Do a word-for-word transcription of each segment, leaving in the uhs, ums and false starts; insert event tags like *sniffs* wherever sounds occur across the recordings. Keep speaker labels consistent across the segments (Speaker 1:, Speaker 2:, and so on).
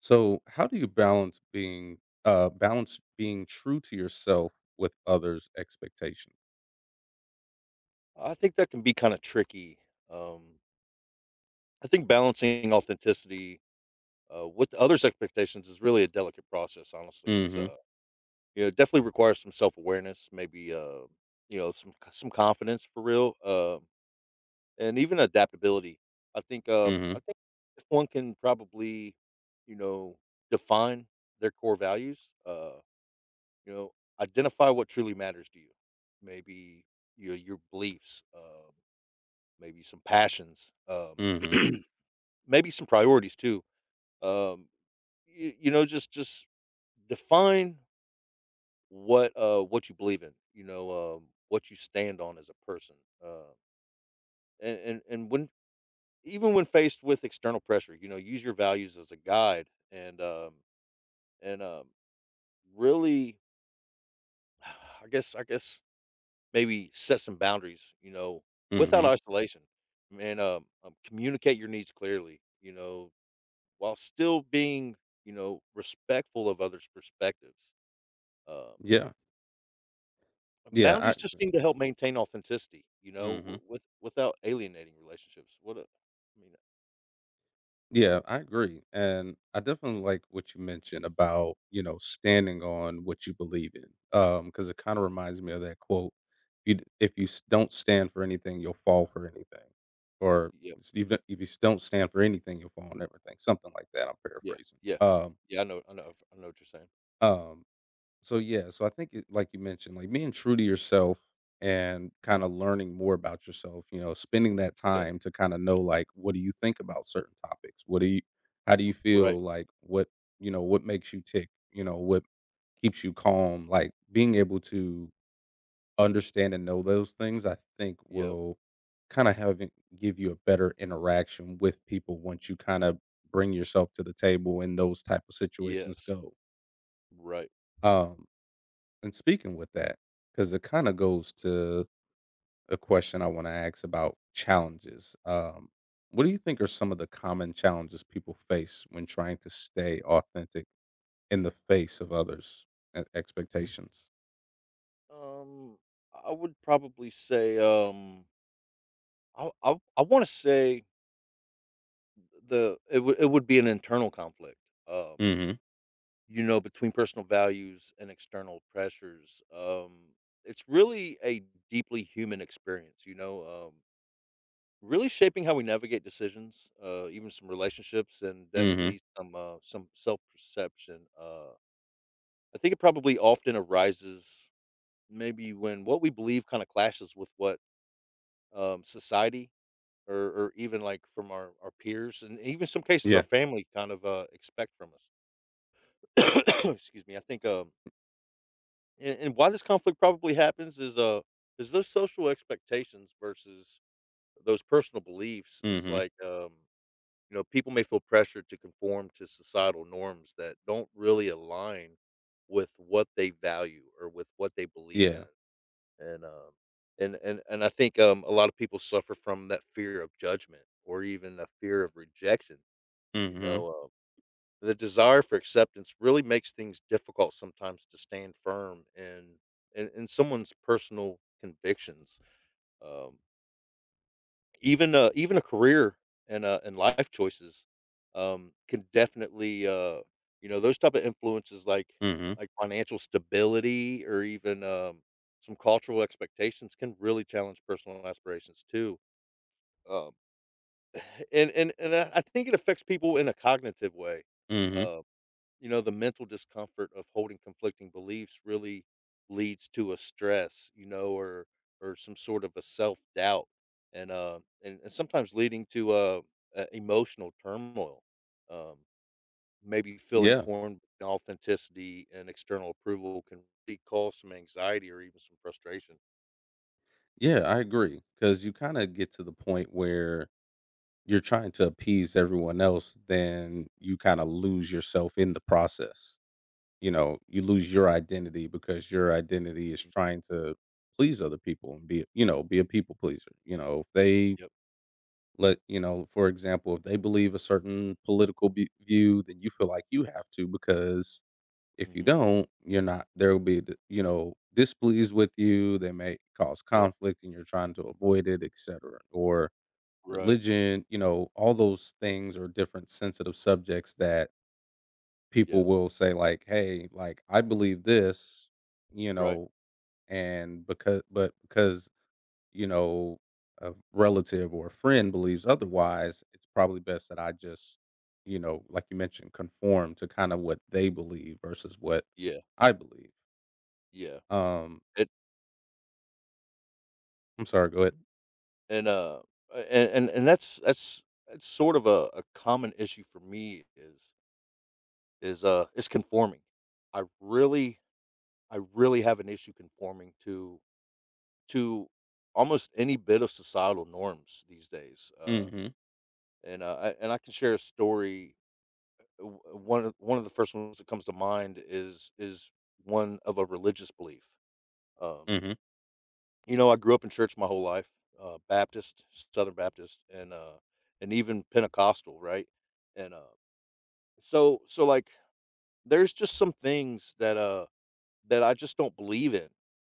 Speaker 1: So, how do you balance being uh balance being true to yourself with others' expectations?
Speaker 2: I think that can be kinda tricky. Um, I think balancing authenticity, uh, with others' expectations is really a delicate process, honestly. It's,
Speaker 1: Mhm.
Speaker 2: uh, you know, it definitely requires some self-awareness, maybe, uh, you know, some c some confidence for real, um, and even adaptability. I think, um,
Speaker 1: Mhm.
Speaker 2: I think if one can probably, you know, define their core values, uh, you know, identify what truly matters to you. Maybe your your beliefs, um, maybe some passions, um
Speaker 1: Mhm.
Speaker 2: maybe some priorities too. Um, you, you know, just just define what uh what you believe in. You know, um, what you stand on as a person. Uh, and and and when even when faced with external pressure, you know, use your values as a guide and um and um really, *sighs* I guess I guess maybe set some boundaries. You know, without
Speaker 1: Mhm.
Speaker 2: isolation, man. Um, um communicate your needs clearly. You know, while still being, you know, respectful of others' perspectives. Um,
Speaker 1: Yeah. Yeah, I
Speaker 2: boundaries just
Speaker 1: agree.
Speaker 2: seem to help maintain authenticity, you know,
Speaker 1: Mhm.
Speaker 2: w- with without alienating relationships. What a, I mean,
Speaker 1: Yeah, I agree. And I definitely like what you mentioned about, you know, standing on what you believe in. Um cuz it kind of reminds me of that quote, you d- if you s- don't stand for anything, you'll fall for anything. Or
Speaker 2: yeah,
Speaker 1: s- even if you s- don't stand for anything, you'll fall on everything. Something like that. I'm
Speaker 2: yeah,
Speaker 1: paraphrasing.
Speaker 2: yeah,
Speaker 1: Um
Speaker 2: yeah. I know, I know, I know what you're saying.
Speaker 1: um So yeah, so I think it, like you mentioned, like being true to yourself and kind
Speaker 2: Mhm.
Speaker 1: of learning more about yourself, you know, spending that
Speaker 2: Yeah,
Speaker 1: time to kind of know like what do you think about certain topics? What do you how do you
Speaker 2: right.
Speaker 1: feel like what, you know, what makes you tick, you know, what keeps you calm? Like being able to understand and know those things I think
Speaker 2: Yep.
Speaker 1: will kind of have it- give you a better interaction with people once you kind of bring yourself to the table and those type of situations
Speaker 2: Yes.
Speaker 1: go.
Speaker 2: Right.
Speaker 1: Um and speaking with that, because it kind of goes to a question I want to ask about challenges. Um, what do you think are some of the common challenges people face when trying to stay authentic in the face of others' e- expectations?
Speaker 2: Um, I would probably say, um, I I, I want to say the it would it would be an internal conflict. Um,
Speaker 1: Hmm.
Speaker 2: You know, between personal values and external pressures, um, it's really a deeply human experience, you know, um, really shaping how we navigate decisions, uh, even some relationships, and
Speaker 1: Hmm.
Speaker 2: definitely some uh, some self perception. Uh, I think it probably often arises maybe when what we believe kind of clashes with what um, society or, or even like from our, our peers and even some cases our
Speaker 1: Yeah.
Speaker 2: family kind of uh, expect from us. *coughs* Excuse me. I think. Um, And and why this conflict probably happens is, uh is those social expectations versus those personal beliefs is
Speaker 1: Hmm.
Speaker 2: like, um, you know, people may feel pressured to conform to societal norms that don't really align with what they value or with what they believe
Speaker 1: Yeah.
Speaker 2: in. And um and and and I think um a lot of people suffer from that fear of judgment or even a fear of rejection. You
Speaker 1: Hmm.
Speaker 2: know, the desire for acceptance really makes things difficult sometimes to stand firm in in, in someone's personal convictions. Um, even uh, even a career and uh, and life choices um, can definitely uh, you know those type of influences like
Speaker 1: Hmm.
Speaker 2: like financial stability or even um, some cultural expectations can really challenge personal aspirations too. Um, *sighs* and and and I I think it affects people in a cognitive way.
Speaker 1: Hmm.
Speaker 2: uh, You know, the mental discomfort of holding conflicting beliefs really leads to a stress, you know, or or some sort of a self doubt, and uh, and, and sometimes leading to uh, uh, emotional turmoil. Um, maybe feeling
Speaker 1: Yeah.
Speaker 2: torn between authenticity and external approval can really cause some anxiety or even some frustration.
Speaker 1: Yeah, I agree. Because you kind of get to the point where you're trying to appease everyone else, then you kind of lose yourself in the process, you know, you lose your identity because your identity is
Speaker 2: Mm,
Speaker 1: trying to please other people and be, you know, be a people pleaser. You know, if they
Speaker 2: yep.
Speaker 1: let, you know, for example, if they believe a certain political be- view, then you feel like you have to because if you
Speaker 2: Hmm.
Speaker 1: don't, you're not, there will be, you know, displeased with you. They may cause
Speaker 2: Yep.
Speaker 1: conflict and you're trying to avoid it, et cetera. Or
Speaker 2: Right.
Speaker 1: religion, you know, all those things are different sensitive subjects that people
Speaker 2: Yeah.
Speaker 1: will say like, "Hey, like I believe this," you
Speaker 2: Right.
Speaker 1: know, and because but because, you know, a relative or a friend believes otherwise, it's probably best that I just, you know, like you mentioned, conform to kind of what they believe versus what
Speaker 2: Yeah.
Speaker 1: I believe.
Speaker 2: Yeah.
Speaker 1: Um, I'm sorry, go ahead.
Speaker 2: And, uh, a and and that's that's that's sort of a a common issue for me is is, uh, is conforming. I really I really have an issue conforming to to almost any bit of societal norms these days, uh,
Speaker 1: Mhm.
Speaker 2: and, uh, I and I can share a story. W- One of one of the first ones that comes to mind is is one of a religious belief, um
Speaker 1: Mhm.
Speaker 2: You know, I grew up in church my whole life, uh, Baptist, Southern Baptist, and uh, and even Pentecostal, right? And uh, so so like there's just some things that uh that I just don't believe in.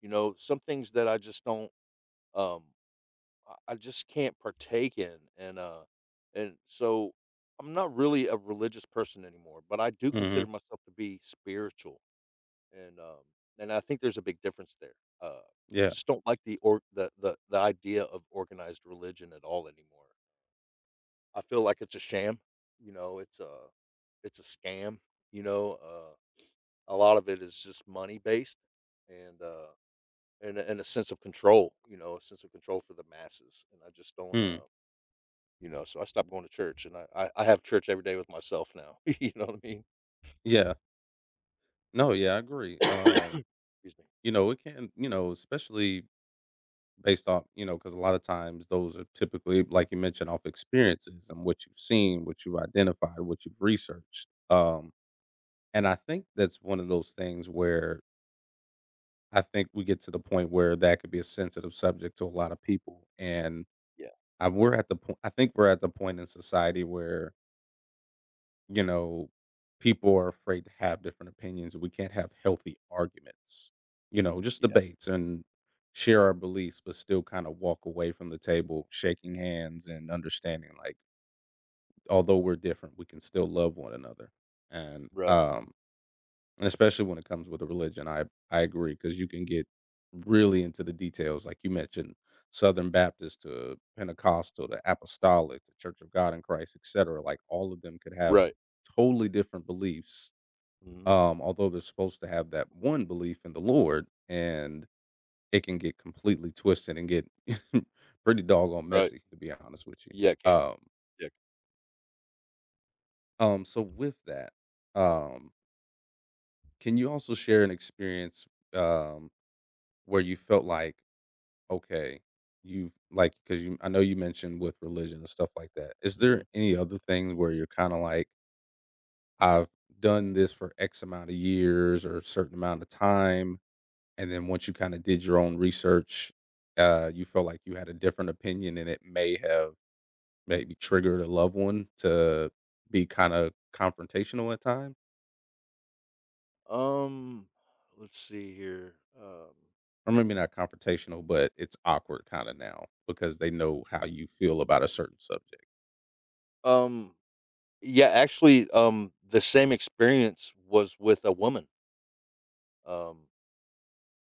Speaker 2: You know, some things that I just don't um I I just can't partake in, and uh and so I'm not really a religious person anymore, but I do
Speaker 1: Mhm.
Speaker 2: consider myself to be spiritual. And, um, and I think there's a big difference there. Uh, I
Speaker 1: Yeah.
Speaker 2: just don't like the or the the the idea of organized religion at all anymore. I feel like it's a sham, you know, it's a it's a scam, you know, uh, a lot of it is just money based and uh and, a- and a sense of control, you know, a sense of control for the masses. And I just don't
Speaker 1: Mm.
Speaker 2: uh You know, so I stopped going to church and I, I, I have church every day with myself now. *laughs* You know what I mean?
Speaker 1: Yeah. No, yeah, I agree. Um,
Speaker 2: Excuse me.
Speaker 1: you know, it can, you know, especially based off, you know, because a lot of times those are typically, like you mentioned, off experiences and what you've seen, what you have identified, what you've researched, um, and I think that's one of those things where I think we get to the point where that could be a sensitive subject to a lot of people, and,
Speaker 2: Yeah,
Speaker 1: uh, we're at the point I think we're at the point in society where, you know, people are afraid to have different opinions. We can't have healthy arguments, you know, just
Speaker 2: yeah,
Speaker 1: debates and share our beliefs, but still kind of walk away from the table shaking hands and understanding like, although we're different, we can still love one another. And
Speaker 2: right,
Speaker 1: um, and especially when it comes with a religion, I I agree because you can get really into the details, like you mentioned, Southern Baptist to Pentecostal to Apostolic to Church of God in Christ, et cetera. Like all of them could have
Speaker 2: right.
Speaker 1: totally different beliefs,
Speaker 2: Hmm.
Speaker 1: um, although they're supposed to have that one belief in the Lord, and it can get completely twisted and get *laughs* pretty doggone
Speaker 2: Right.
Speaker 1: messy, to be honest with you.
Speaker 2: Yeah, I can.
Speaker 1: Um,
Speaker 2: Yeah.
Speaker 1: um, so with that, um, can you also share an experience? Um, Where you felt like, okay, you've like because you I know you mentioned with religion and stuff like that. Is there
Speaker 2: Mhm.
Speaker 1: any other thing where you're kinda like, "I've done this for X amount of years or a certain amount of time," and then once you kinda did your own research, uh, you felt like you had a different opinion and it may have maybe triggered a loved one to be kinda confrontational at time?
Speaker 2: Um, let's see here. Um,
Speaker 1: Or maybe not confrontational, but it's awkward kinda now because they know how you feel about a certain subject.
Speaker 2: um, yeah, actually, um, the same experience was with a woman. Um,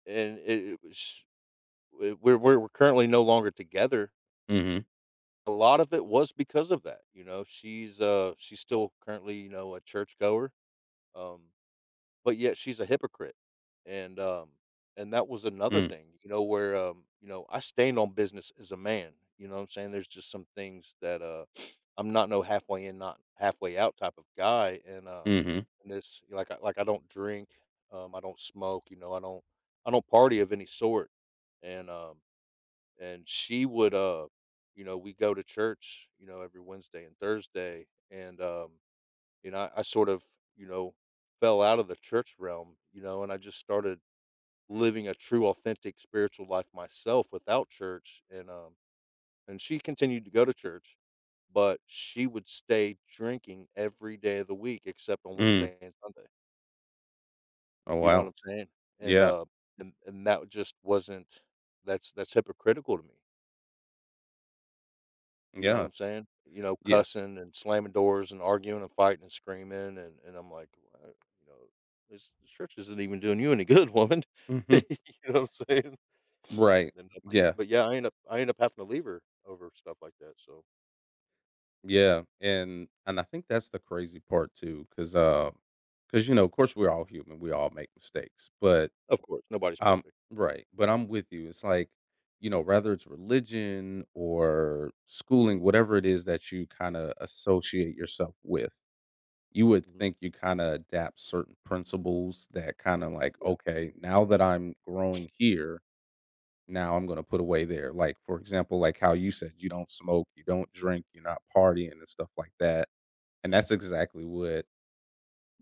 Speaker 2: and it, it was it- we're we're we're currently no longer together.
Speaker 1: Mhm.
Speaker 2: A lot of it was because of that. You know, she's uh she's still currently you know a churchgoer. Um, But yet she's a hypocrite, and, um, and that was another
Speaker 1: Mm.
Speaker 2: thing, you know, where, um, you know, I stand on business as a man, you know what I'm saying? There's just some things that, uh, *sniffs* I'm not no halfway in, not halfway out type of guy, and, um,
Speaker 1: Mhm.
Speaker 2: and this like I like I don't drink, um, I don't smoke, you know, I don't I don't party of any sort, and, um, and she would, uh, you know, we go to church, you know, every Wednesday and Thursday, and, um and I, I sort of, you know, fell out of the church realm, you know, and I just started living a true, authentic spiritual life myself without church. And um, and she continued to go to church, but she would stay drinking every day of the week except on
Speaker 1: Mm.
Speaker 2: Wednesday and Sunday.
Speaker 1: Oh,
Speaker 2: You know what
Speaker 1: wow.
Speaker 2: I'm saying? And
Speaker 1: Yeah.
Speaker 2: uh, and and that just wasn't. That's that's hypocritical to me. You know what
Speaker 1: Yeah.
Speaker 2: I'm saying? You know,
Speaker 1: Yeah.
Speaker 2: cussing and slamming doors and arguing and fighting and screaming and and I'm like, "What?" You know, "This this church isn't even doing you any good, woman." *laughs*
Speaker 1: Mhm.
Speaker 2: You know what I'm saying?
Speaker 1: Right.
Speaker 2: And uh, but y
Speaker 1: Yeah.
Speaker 2: but yeah, I end up I end up having to leave her over stuff like that, so
Speaker 1: Yeah. And and I think that's the crazy part too, because uh, because you know, of course, we're all human. We all make mistakes. But
Speaker 2: of course, nobody's
Speaker 1: um,
Speaker 2: perfect.
Speaker 1: right. But I'm with you. It's like, you know, whether it's religion or schooling, whatever it is that you kind of associate yourself with, you would
Speaker 2: Mhm,
Speaker 1: think you kind of adapt certain principles that kind of like,
Speaker 2: yeah,
Speaker 1: okay, now that I'm growing here, now I'm gonna put away there. Like, for example, like how you said you don't smoke, you don't drink, you're not partying and stuff like that, and that's exactly what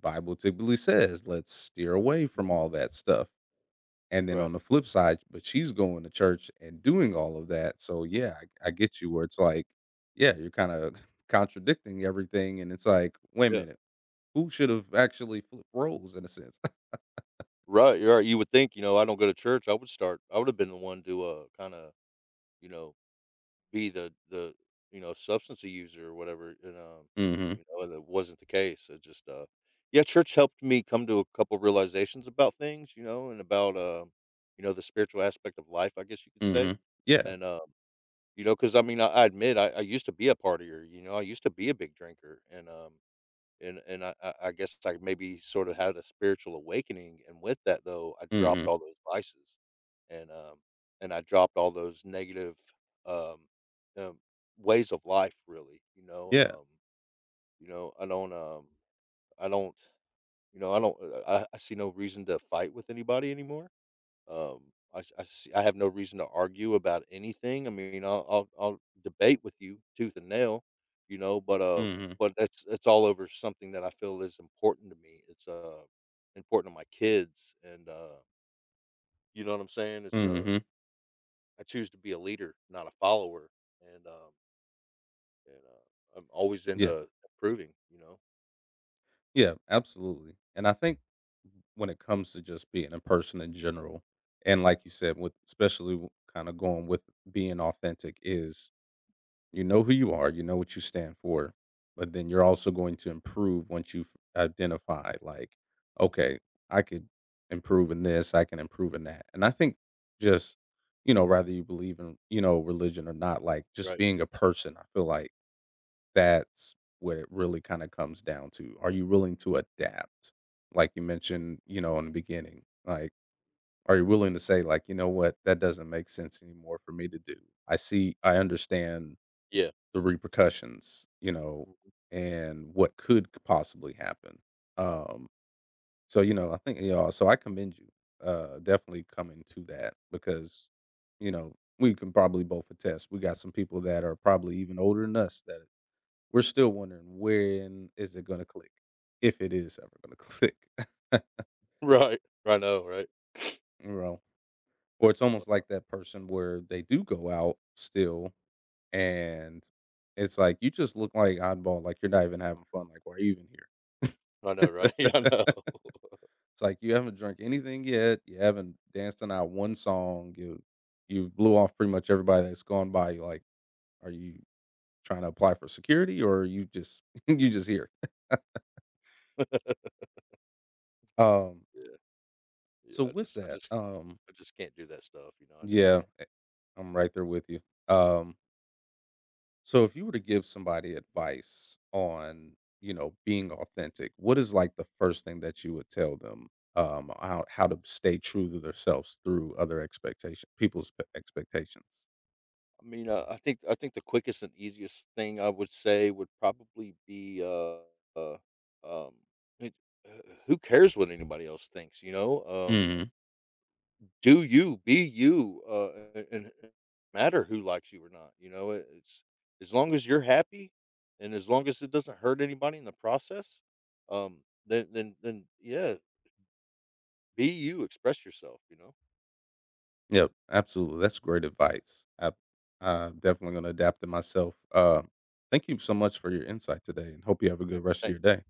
Speaker 1: Bible typically says, "Let's steer away from
Speaker 2: mhm,
Speaker 1: all that stuff." And then
Speaker 2: right,
Speaker 1: on the flip side, but she's going to church and doing all of that, so yeah, I I get you where it's like, yeah, you're kinda *laughs* contradicting everything, and it's like, "Wait a
Speaker 2: yeah,
Speaker 1: minute, who should've actually flipped roles in a sense?" *laughs*
Speaker 2: right, you're right, you would think, you know, I don't go to church, I would start I would have been the one to, uh, kinda, you know be the the, you know, substance user or whatever, and, um,
Speaker 1: Mhm,
Speaker 2: you know, that wasn't the case, it just, uh yeah, church helped me come to a couple realizations about things, you know, and about, um, you know, the spiritual aspect of life, I guess you could say,
Speaker 1: mhm, yeah,
Speaker 2: and, um, you know because I mean, I I admit I I used to be a partier, you know, I used to be a big drinker, and, um and and I I I guess I maybe sort of had a spiritual awakening, and with that, though, I dropped
Speaker 1: mhm,
Speaker 2: all those vices, and, um and I dropped all those negative, um, um, ways of life, really, you know,
Speaker 1: yeah,
Speaker 2: um, you know, I don't, um I don't, you know, I don't, uh, I I see no reason to fight with anybody anymore. Um, I s I s I have no reason to argue about anything. I mean, I'll I'll I'll debate with you tooth and nail, you know, but, uh,
Speaker 1: mhm,
Speaker 2: but that's it's all over something that I feel is important to me. It's, uh, important to my kids and, uh, you know what I'm saying? It's, uh,
Speaker 1: mhm,
Speaker 2: I choose to be a leader, not a follower, and, um, and, uh, I'm always
Speaker 1: yeah.
Speaker 2: into improving, you know?
Speaker 1: Yeah, absolutely. And I think when it comes to just being a person in general, and like you said, with especially kind of going with being authentic, is you know who you are, you know what you stand for, but then you're also going to improve once you've identified, like, okay, I could improve in this, I can improve in that. And I think just, you know, whether you believe in, you know, religion or not, like just
Speaker 2: Right.
Speaker 1: being a person, I feel like that's what it really kinda comes down to. Are you willing to adapt? Like you mentioned, you know, in the beginning, like, are you willing to say, like, "You know what? That doesn't make sense anymore for me to do. I see I understand
Speaker 2: Yeah.
Speaker 1: the repercussions, you know,
Speaker 2: Mhm.
Speaker 1: and what could possibly happen." Um, so, you know, I think, you know, so I commend you, uh, definitely coming to that because, you know, we can probably both attest. We got some people that are probably even older than us that we're still wondering when is it gonna click, if it is ever gonna click. *laughs*
Speaker 2: *laughs* Right. I know, right?
Speaker 1: You know? Or it's almost like
Speaker 2: Well,
Speaker 1: that person where they do go out still, and it's like, "You just look like oddball, like, you're not even having fun, like, why are you even here?"
Speaker 2: I know, right? *laughs* I know.
Speaker 1: *laughs* It's like, "You haven't drunk anything yet, you haven't danced to not one song, you you blew off pretty much everybody that's gone by you, like, are you trying to apply for security, or are you just *laughs* you just here?" Um,
Speaker 2: Yeah.
Speaker 1: so
Speaker 2: Yeah, I
Speaker 1: with
Speaker 2: just I
Speaker 1: that,
Speaker 2: just
Speaker 1: um,
Speaker 2: I just can't do that stuff, you know, I just
Speaker 1: yeah.
Speaker 2: can't.
Speaker 1: I'm right there with you. Um, so if you were to give somebody advice on, you know, being authentic, what is like the first thing that you would tell them? Um, how how to stay true to themselves through other expectation people's p- expectations.
Speaker 2: I mean, uh, I think I think the quickest and easiest thing I would say would probably be, uh, uh, um, it, uh, who cares what anybody else thinks, you know? Um,
Speaker 1: Hmm.
Speaker 2: do you, be you, uh, a- and it matter who likes you or not, you know? It, it's as long as you're happy and as long as it doesn't hurt anybody in the process, um, then then then yeah, be you, express yourself, you know?
Speaker 1: Yep, absolutely. That's great advice. I, I'm definitely going to adapt to myself. Um, thank you so much for your insight today, and hope you have a
Speaker 2: Hey,
Speaker 1: good rest of your
Speaker 2: thanks.
Speaker 1: day.